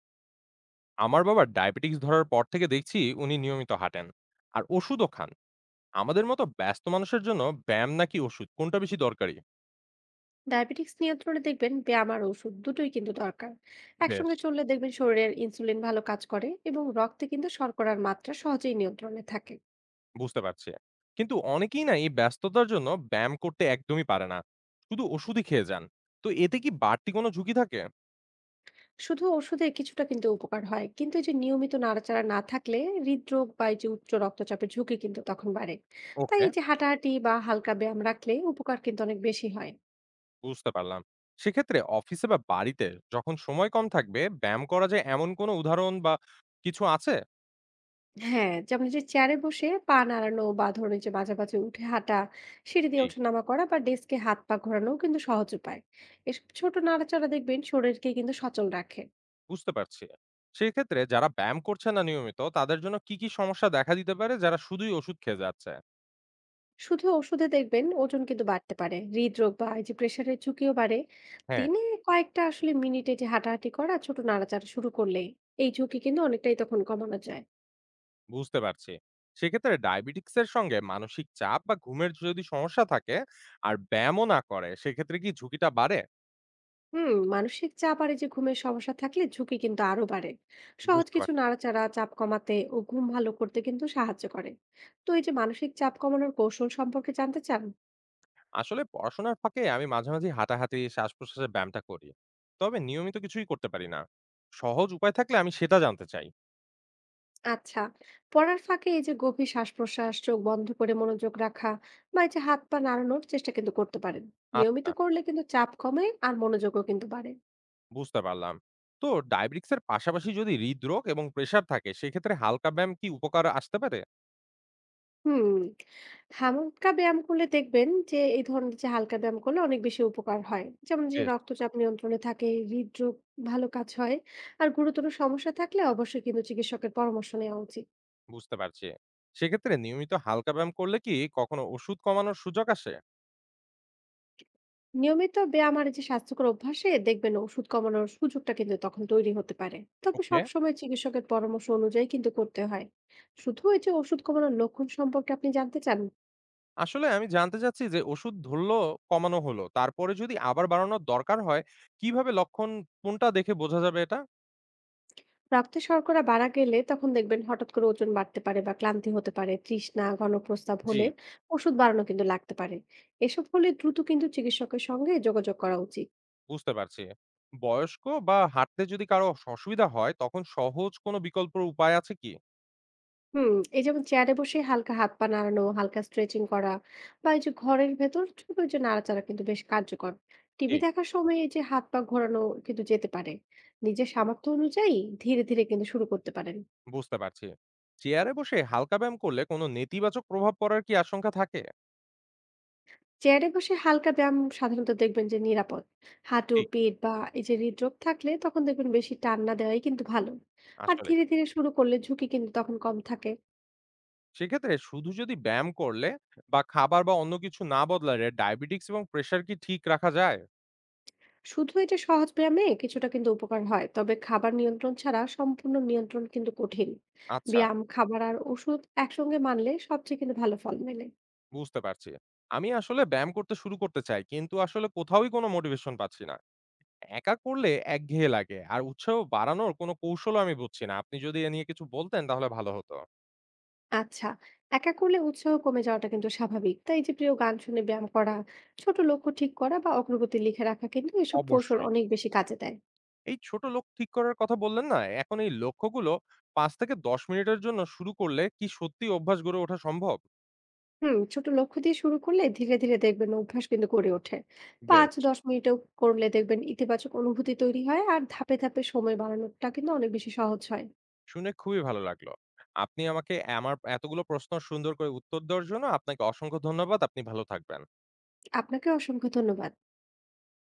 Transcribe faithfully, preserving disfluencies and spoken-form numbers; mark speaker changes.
Speaker 1: আমার বাবার ডায়াবেটিক্স ধরার পর থেকে দেখছি উনি নিয়মিত হাঁটেন আর ওষুধও খান। আমাদের মতো ব্যস্ত মানুষের জন্য ব্যায়াম নাকি ওষুধ কোনটা বেশি দরকারি?
Speaker 2: ডায়াবেটিক্স নিয়ন্ত্রণে দেখবেন ব্যায়াম আর ওষুধ দুটোই কিন্তু দরকার।
Speaker 1: বেশ,
Speaker 2: একসঙ্গে চললে দেখবেন শরীরের ইনসুলিন ভালো কাজ করে এবং রক্তে কিন্তু শর্করার মাত্রা সহজেই নিয়ন্ত্রণে থাকে।
Speaker 1: বুঝতে পারছি। কিন্তু অনেকেই না এই ব্যস্ততার জন্য ব্যায়াম করতে একদমই পারে না, শুধু ওষুধই খেয়ে যান। তো এতে কি বাড়তি কোনো ঝুঁকি থাকে?
Speaker 2: শুধু ওষুধে কিছুটা কিন্তু উপকার হয়, কিন্তু এই যে নিয়মিত নাড়াচাড়া না থাকলে হৃদরোগ বা এই যে উচ্চ রক্তচাপের ঝুঁকি কিন্তু তখন বাড়ে। তাই
Speaker 1: ওকে,
Speaker 2: এই যে হাঁটাহাঁটি বা হালকা ব্যায়াম রাখলে উপকার কিন্তু অনেক বেশি হয়।
Speaker 1: বুঝতে পারলাম। সেক্ষেত্রে অফিসে বা বাড়িতে যখন সময় কম থাকবে, ব্যায়াম করা যায় এমন কোনো উদাহরণ বা কিছু আছে?
Speaker 2: হ্যাঁ, যেমন এই যে চেয়ারে বসে পা নাড়ানো বা ধরুন এই যে মাঝে মাঝে উঠে হাঁটা, সিঁড়ি দিয়ে ওঠানামা করা বা ডেস্কে হাত পা ঘোরানোও কিন্তু সহজ উপায়। এসব ছোট নাড়াচাড়া দেখবেন শরীরকে কিন্তু সচল রাখে।
Speaker 1: বুঝতে পারছি। সেক্ষেত্রে যারা ব্যায়াম করছে না নিয়মিত, তাদের জন্য কি, কি সমস্যা দেখা দিতে পারে যারা শুধুই ওষুধ খেয়ে যাচ্ছে?
Speaker 2: শুধু ওষুধে দেখবেন ওজন কিন্তু বাড়তে পারে, হৃদরোগ বা এই যে প্রেশারের ঝুঁকিও বাড়ে।
Speaker 1: হ্যাঁ,
Speaker 2: দিনে কয়েকটা আসলে মিনিটে যে হাঁটাহাঁটি করা ছোট নাড়াচাড়া শুরু করলে এই ঝুঁকি কিন্তু অনেকটাই তখন কমানো যায়।
Speaker 1: বুঝতে পারছি। সেক্ষেত্রে ডায়াবেটিকস এর সঙ্গে মানসিক চাপ বা ঘুমের যদি সমস্যা থাকে আর ব্যায়ামও না করে, সেক্ষেত্রে কি ঝুঁকিটা বাড়ে?
Speaker 2: হুম মানসিক চাপ আর এই যে ঘুমের সমস্যা থাকলে ঝুঁকি কিন্তু আরো বাড়ে। সহজ
Speaker 1: বুঝতে
Speaker 2: কিছু
Speaker 1: পারছি।
Speaker 2: নাড়াচাড়া চাপ কমাতে ও ঘুম ভালো করতে কিন্তু সাহায্য করে। তো এই যে মানসিক চাপ কমানোর কৌশল সম্পর্কে জানতে চান?
Speaker 1: আসলে পড়াশোনার ফাঁকে আমি মাঝে, মাঝে হাঁটাহাঁটি, শ্বাস-প্রশ্বাসের ব্যায়ামটা করি। তবে নিয়মিত কিছুই করতে পারি না। সহজ উপায় থাকলে আমি সেটা জানতে চাই।
Speaker 2: আচ্ছা, পড়ার ফাঁকে এই যে গভীর শ্বাস প্রশ্বাস, চোখ বন্ধ করে মনোযোগ রাখা বা এই যে হাত পা নাড়ানোর চেষ্টা কিন্তু করতে পারেন। নিয়মিত
Speaker 1: আচ্ছা।
Speaker 2: করলে কিন্তু চাপ কমে আর মনোযোগও কিন্তু বাড়ে।
Speaker 1: বুঝতে পারলাম। তো ডায়াবেটিকস এর পাশাপাশি যদি হৃদরোগ এবং প্রেশার থাকে সেক্ষেত্রে হালকা ব্যায়াম কি উপকার আসতে পারে?
Speaker 2: হুম, হালকা ব্যায়াম করলে দেখবেন যে এই ধরনের যে হালকা ব্যায়াম করলে অনেক বেশি উপকার হয়। যেমন যে
Speaker 1: বেশ,
Speaker 2: রক্তচাপ নিয়ন্ত্রণে থাকে, হৃদরোগ ভালো কাজ হয়। আর গুরুতর সমস্যা থাকলে অবশ্যই কিন্তু চিকিৎসকের পরামর্শ নেওয়া উচিত।
Speaker 1: বুঝতে পারছি। সেক্ষেত্রে নিয়মিত হালকা ব্যায়াম করলে কি কখনো ওষুধ কমানোর সুযোগ আসে?
Speaker 2: নিয়মিত ব্যায়াম আর এই যে স্বাস্থ্যকর অভ্যাসে দেখবেন ওষুধ কমানোর সুযোগটা কিন্তু তখন তৈরি হতে পারে। তবে
Speaker 1: ওকে।
Speaker 2: সবসময় চিকিৎসকের পরামর্শ অনুযায়ী কিন্তু করতে হয়। শুধু এই যে ওষুধ কমানোর লক্ষণ সম্পর্কে আপনি জানতে চান?
Speaker 1: আসলে আমি জানতে চাচ্ছি যে ওষুধ ধরলো, কমানো হলো, তারপরে যদি আবার বাড়ানোর দরকার হয় কিভাবে, লক্ষণ কোনটা দেখে বোঝা যাবে এটা?
Speaker 2: রক্তে শর্করা বাড়া গেলে তখন দেখবেন হঠাৎ করে ওজন বাড়তে পারে বা ক্লান্তি হতে পারে, তৃষ্ণা ঘনপ্রস্রাব
Speaker 1: জি,
Speaker 2: হলে ওষুধ বাড়ানো কিন্তু লাগতে পারে। এসব হলে দ্রুত কিন্তু চিকিৎসকের সঙ্গে যোগাযোগ করা উচিত।
Speaker 1: বুঝতে পারছি। বয়স্ক বা হাঁটতে যদি কারো অসুবিধা হয় তখন সহজ কোনো বিকল্প উপায় আছে কি?
Speaker 2: হুম এই যেমন চেয়ারে বসে হালকা হাত পা নাড়ানো, হালকা স্ট্রেচিং করা বা এই যে ঘরের ভেতর ছোট যে নাড়াচাড়া কিন্তু বেশ কার্যকর। টিভি দেখার সময় এই যে হাত পা ঘোরানো কিন্তু যেতে পারে। নিজের সামর্থ্য অনুযায়ী ধীরে ধীরে কিন্তু শুরু করতে পারেন।
Speaker 1: বুঝতে পারছি। চেয়ারে বসে হালকা ব্যায়াম করলে কোনো নেতিবাচক প্রভাব পড়ার কি আশঙ্কা থাকে?
Speaker 2: চেয়ারে বসে হালকা ব্যায়াম সাধারণত দেখবেন যে নিরাপদ। হাঁটু,
Speaker 1: ঠিক।
Speaker 2: পিঠ বা এই যে হৃদরোগ থাকলে তখন দেখবেন বেশি টান না দেওয়াই কিন্তু ভালো। আর
Speaker 1: আসলেই।
Speaker 2: ধীরে, ধীরে শুরু করলে ঝুঁকি কিন্তু তখন কম থাকে।
Speaker 1: সেক্ষেত্রে শুধু যদি ব্যায়াম করলে বা খাবার বা অন্য কিছু না বদলালে ডায়াবেটিকস এবং প্রেশার কি ঠিক রাখা যায়?
Speaker 2: শুধু এটা সহজ ব্যায়ামে কিছুটা কিন্তু উপকার হয়। তবে খাবার নিয়ন্ত্রণ ছাড়া সম্পূর্ণ নিয়ন্ত্রণ কিন্তু কঠিন।
Speaker 1: আচ্ছা,
Speaker 2: ব্যায়াম, খাবার আর ওষুধ একসঙ্গে মানলে সবচেয়ে কিন্তু ভালো ফল মেলে।
Speaker 1: বুঝতে পারছি। আমি আসলে ব্যায়াম করতে শুরু করতে চাই কিন্তু আসলে কোথাওই কোনো মোটিভেশন পাচ্ছি না। একা করলে একঘেয়ে লাগে। আর উৎসাহ বাড়ানোর কোনো কৌশলও আমি বুঝছি না। আপনি যদি এ নিয়ে কিছু বলতেন তাহলে ভালো হতো।
Speaker 2: আচ্ছা, একা করলে উৎসাহ কমে যাওয়াটা কিন্তু স্বাভাবিক। তাই এই যে প্রিয় গান শুনে ব্যায়াম করা, ছোট লক্ষ্য ঠিক করা বা অগ্রগতি লিখে রাখা কিন্তু এসব কৌশল
Speaker 1: অবশ্যই।
Speaker 2: অনেক বেশি কাজে দেয়।
Speaker 1: এই ছোট লক্ষ্য ঠিক করার কথা বললেন না? এখন এই লক্ষ্যগুলো পাঁচ থেকে দশ মিনিটের জন্য শুরু করলে কি সত্যিই অভ্যাস গড়ে ওঠা সম্ভব?
Speaker 2: হুম ছোট লক্ষ্য দিয়ে শুরু করলে ধীরে ধীরে দেখবেন অভ্যাস কিন্তু গড়ে ওঠে। পাঁচ
Speaker 1: বেশ,
Speaker 2: দশ মিনিটও করলে দেখবেন ইতিবাচক অনুভূতি তৈরি হয় আর ধাপে ধাপে সময় বাড়ানোটা কিন্তু অনেক বেশি সহজ হয়।
Speaker 1: শুনে খুবই ভালো লাগলো। আপনি আমাকে আমার এতগুলো প্রশ্ন সুন্দর করে উত্তর দেওয়ার জন্য আপনাকে অসংখ্য ধন্যবাদ। আপনি ভালো থাকবেন।
Speaker 2: আপনাকে অসংখ্য ধন্যবাদ।